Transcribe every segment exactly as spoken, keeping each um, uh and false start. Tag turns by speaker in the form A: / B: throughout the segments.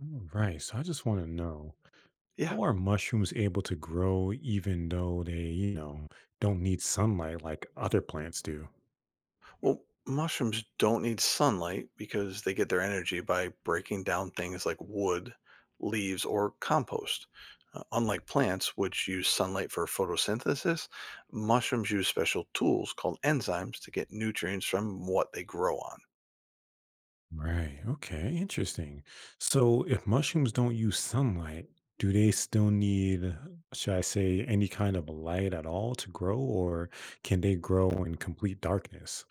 A: All right. So I just want to know
B: Yeah.
A: how are mushrooms able to grow even though they, you know, don't need sunlight like other plants do?
B: Well, mushrooms don't need sunlight because they get their energy by breaking down things like wood, leaves, or compost. Uh, unlike plants, which use sunlight for photosynthesis, mushrooms use special tools called enzymes to get nutrients from what they grow on.
A: Right. Okay. Interesting. So if mushrooms don't use sunlight, do they still need, should I say, any kind of light at all to grow, or can they grow in complete darkness?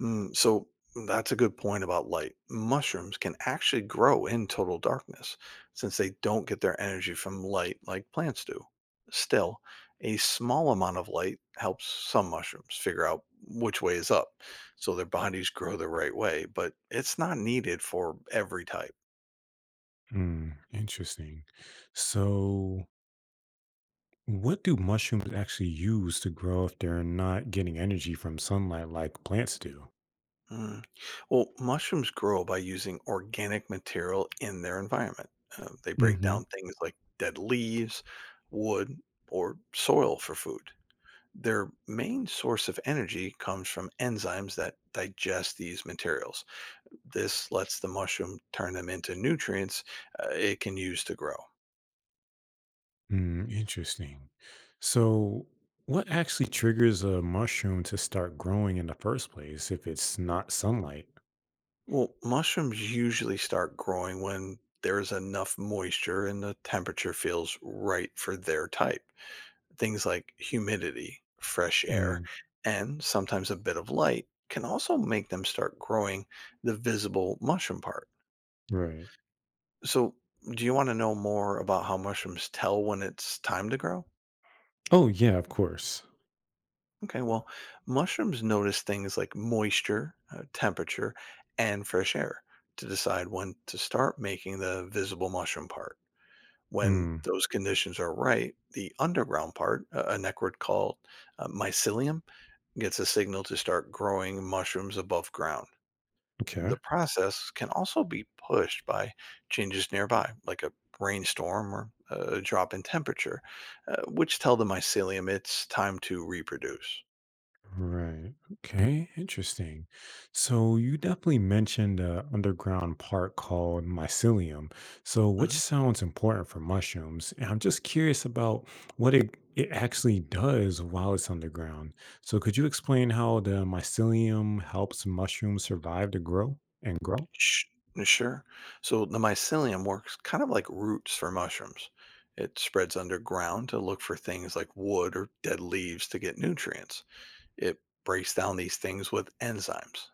B: Mm, so mm, that's a good point about light. Mushrooms can actually grow in total darkness since they don't get their energy from light like plants do. Still, a small amount of light helps some mushrooms figure out which way is up so their bodies grow the right way, but it's not needed for every type.
A: Hmm. Interesting. So what do mushrooms actually use to grow if they're not getting energy from sunlight like plants do?
B: Mm. Well, mushrooms grow by using organic material in their environment. Uh, they break
A: Hmm.
B: down things like dead leaves, wood, or soil for food. Their main source of energy comes from enzymes that digest these materials. This lets the mushroom turn them into nutrients uh, it can use to grow.
A: Mm, interesting. So, what actually triggers a mushroom to start growing in the first place if it's not sunlight?
B: Well, mushrooms usually start growing when there's enough moisture and the temperature feels right for their type. Things like humidity, fresh air,
A: Mm,
B: and sometimes a bit of light can also make them start growing the visible mushroom part.
A: right.
B: So, do you want to know more about how mushrooms tell when it's time to grow?
A: Oh, yeah, of course.
B: Okay, well, mushrooms notice things like moisture, uh, temperature, and fresh air to decide when to start making the visible mushroom part. When
A: Mm,
B: those conditions are right, the underground part, a a network called uh, mycelium, gets a signal to start growing mushrooms above ground.
A: okay.
B: The process can also be pushed by changes nearby, like a rainstorm or a drop in temperature, uh, which tell the mycelium it's time to reproduce.
A: Right. Okay. Interesting. So you definitely mentioned an underground part called mycelium. So which
B: Mhm.
A: sounds important for mushrooms, and I'm just curious about what it it actually does while it's underground. So could you explain how the mycelium helps mushrooms survive to grow and grow?
B: Sh- Sure. So the mycelium works kind of like roots for mushrooms. It spreads underground to look for things like wood or dead leaves to get nutrients. It breaks down these things with enzymes.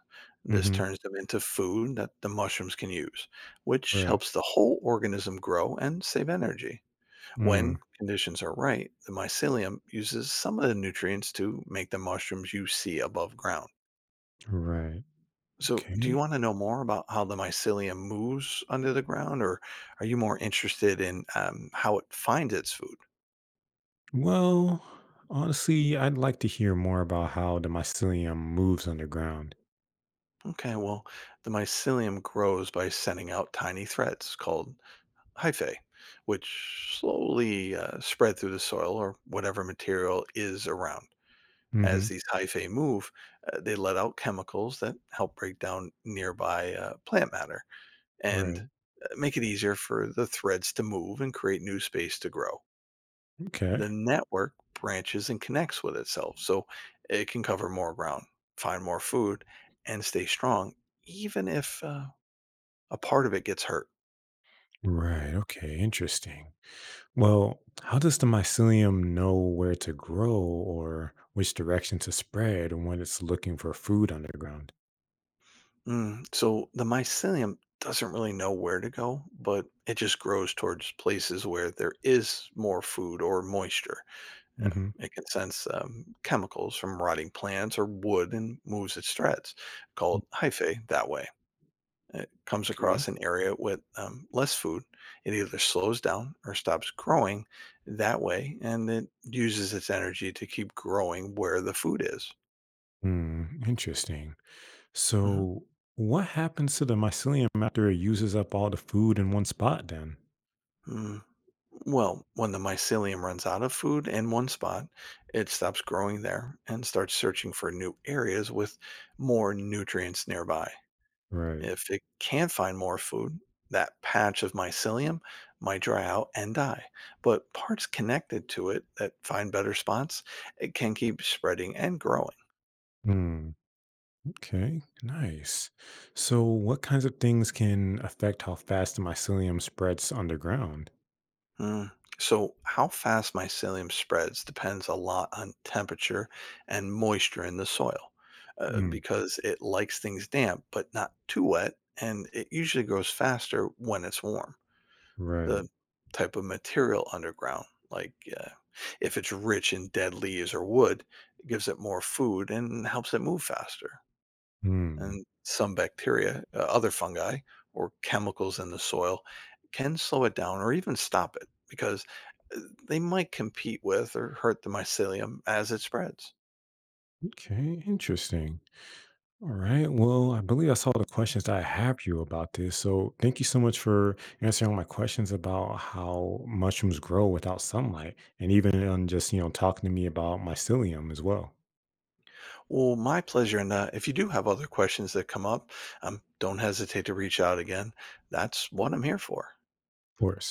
B: This
A: Mm-hmm.
B: turns them into food that the mushrooms can use, which
A: Right.
B: helps the whole organism grow and save energy.
A: Mm,
B: When conditions are right, the mycelium uses some of the nutrients to make the mushrooms you see above ground.
A: right.
B: So, do you
A: Okay.
B: want to know more about how the mycelium moves under the ground, or are you more interested in um, how it finds its food?
A: Well, honestly, I'd like to hear more about how the mycelium moves underground.
B: Okay, well, the mycelium grows by sending out tiny threads called hyphae, which slowly uh, spread through the soil or whatever material is around.
A: Mm-hmm.
B: As these hyphae move, uh, they let out chemicals that help break down nearby uh, plant matter and
A: Right.
B: uh, make it easier for the threads to move and create new space to grow. The
A: Okay.
B: network branches and connects with itself, so it can cover more ground, find more food, and stay strong, even if uh, a part of it gets hurt.
A: Right. Okay. Interesting. Well, how does the mycelium know where to grow or which direction to spread when it's looking for food underground?
B: Mm, so the mycelium doesn't really know where to go, but it just grows towards places where there is more food or moisture. Yeah,
A: Hmm.
B: it can sense um, chemicals from rotting plants or wood and moves its threads, called hyphae, that way. It comes across
A: Okay.
B: an area with um, less food. It either slows down or stops growing that way, and it uses its energy to keep growing where the food is.
A: Hmm. Interesting. So, what happens to the mycelium after it uses up all the food in one spot then?
B: Mhm. Well, when the mycelium runs out of food in one spot, it stops growing there and starts searching for new areas with more nutrients nearby.
A: Right.
B: If it can't find more food, that patch of mycelium might dry out and die. But parts connected to it that find better spots, it can keep spreading and growing.
A: Hmm. Okay. Nice. So, what kinds of things can affect how fast the mycelium spreads underground?
B: Mm. So, how fast mycelium spreads depends a lot on temperature and moisture in the soil uh,
A: Mm.
B: because it likes things damp but not too wet, and it usually grows faster when it's warm.
A: Right.
B: The type of material underground, like uh, if it's rich in dead leaves or wood, it gives it more food and helps it move faster,
A: Hmm.
B: and some bacteria, uh, other fungi, or chemicals in the soil can slow it down or even stop it because uh, they might compete with or hurt the mycelium as it spreads.
A: Okay, interesting. All right. Well, I believe that's all the questions that I have for you about this. So thank you so much for answering all my questions about how mushrooms grow without sunlight and even on just, you know, talking to me about mycelium as well.
B: Well, my pleasure. And uh, if you do have other questions that come up, um, don't hesitate to reach out again. That's what I'm here for.
A: Of course.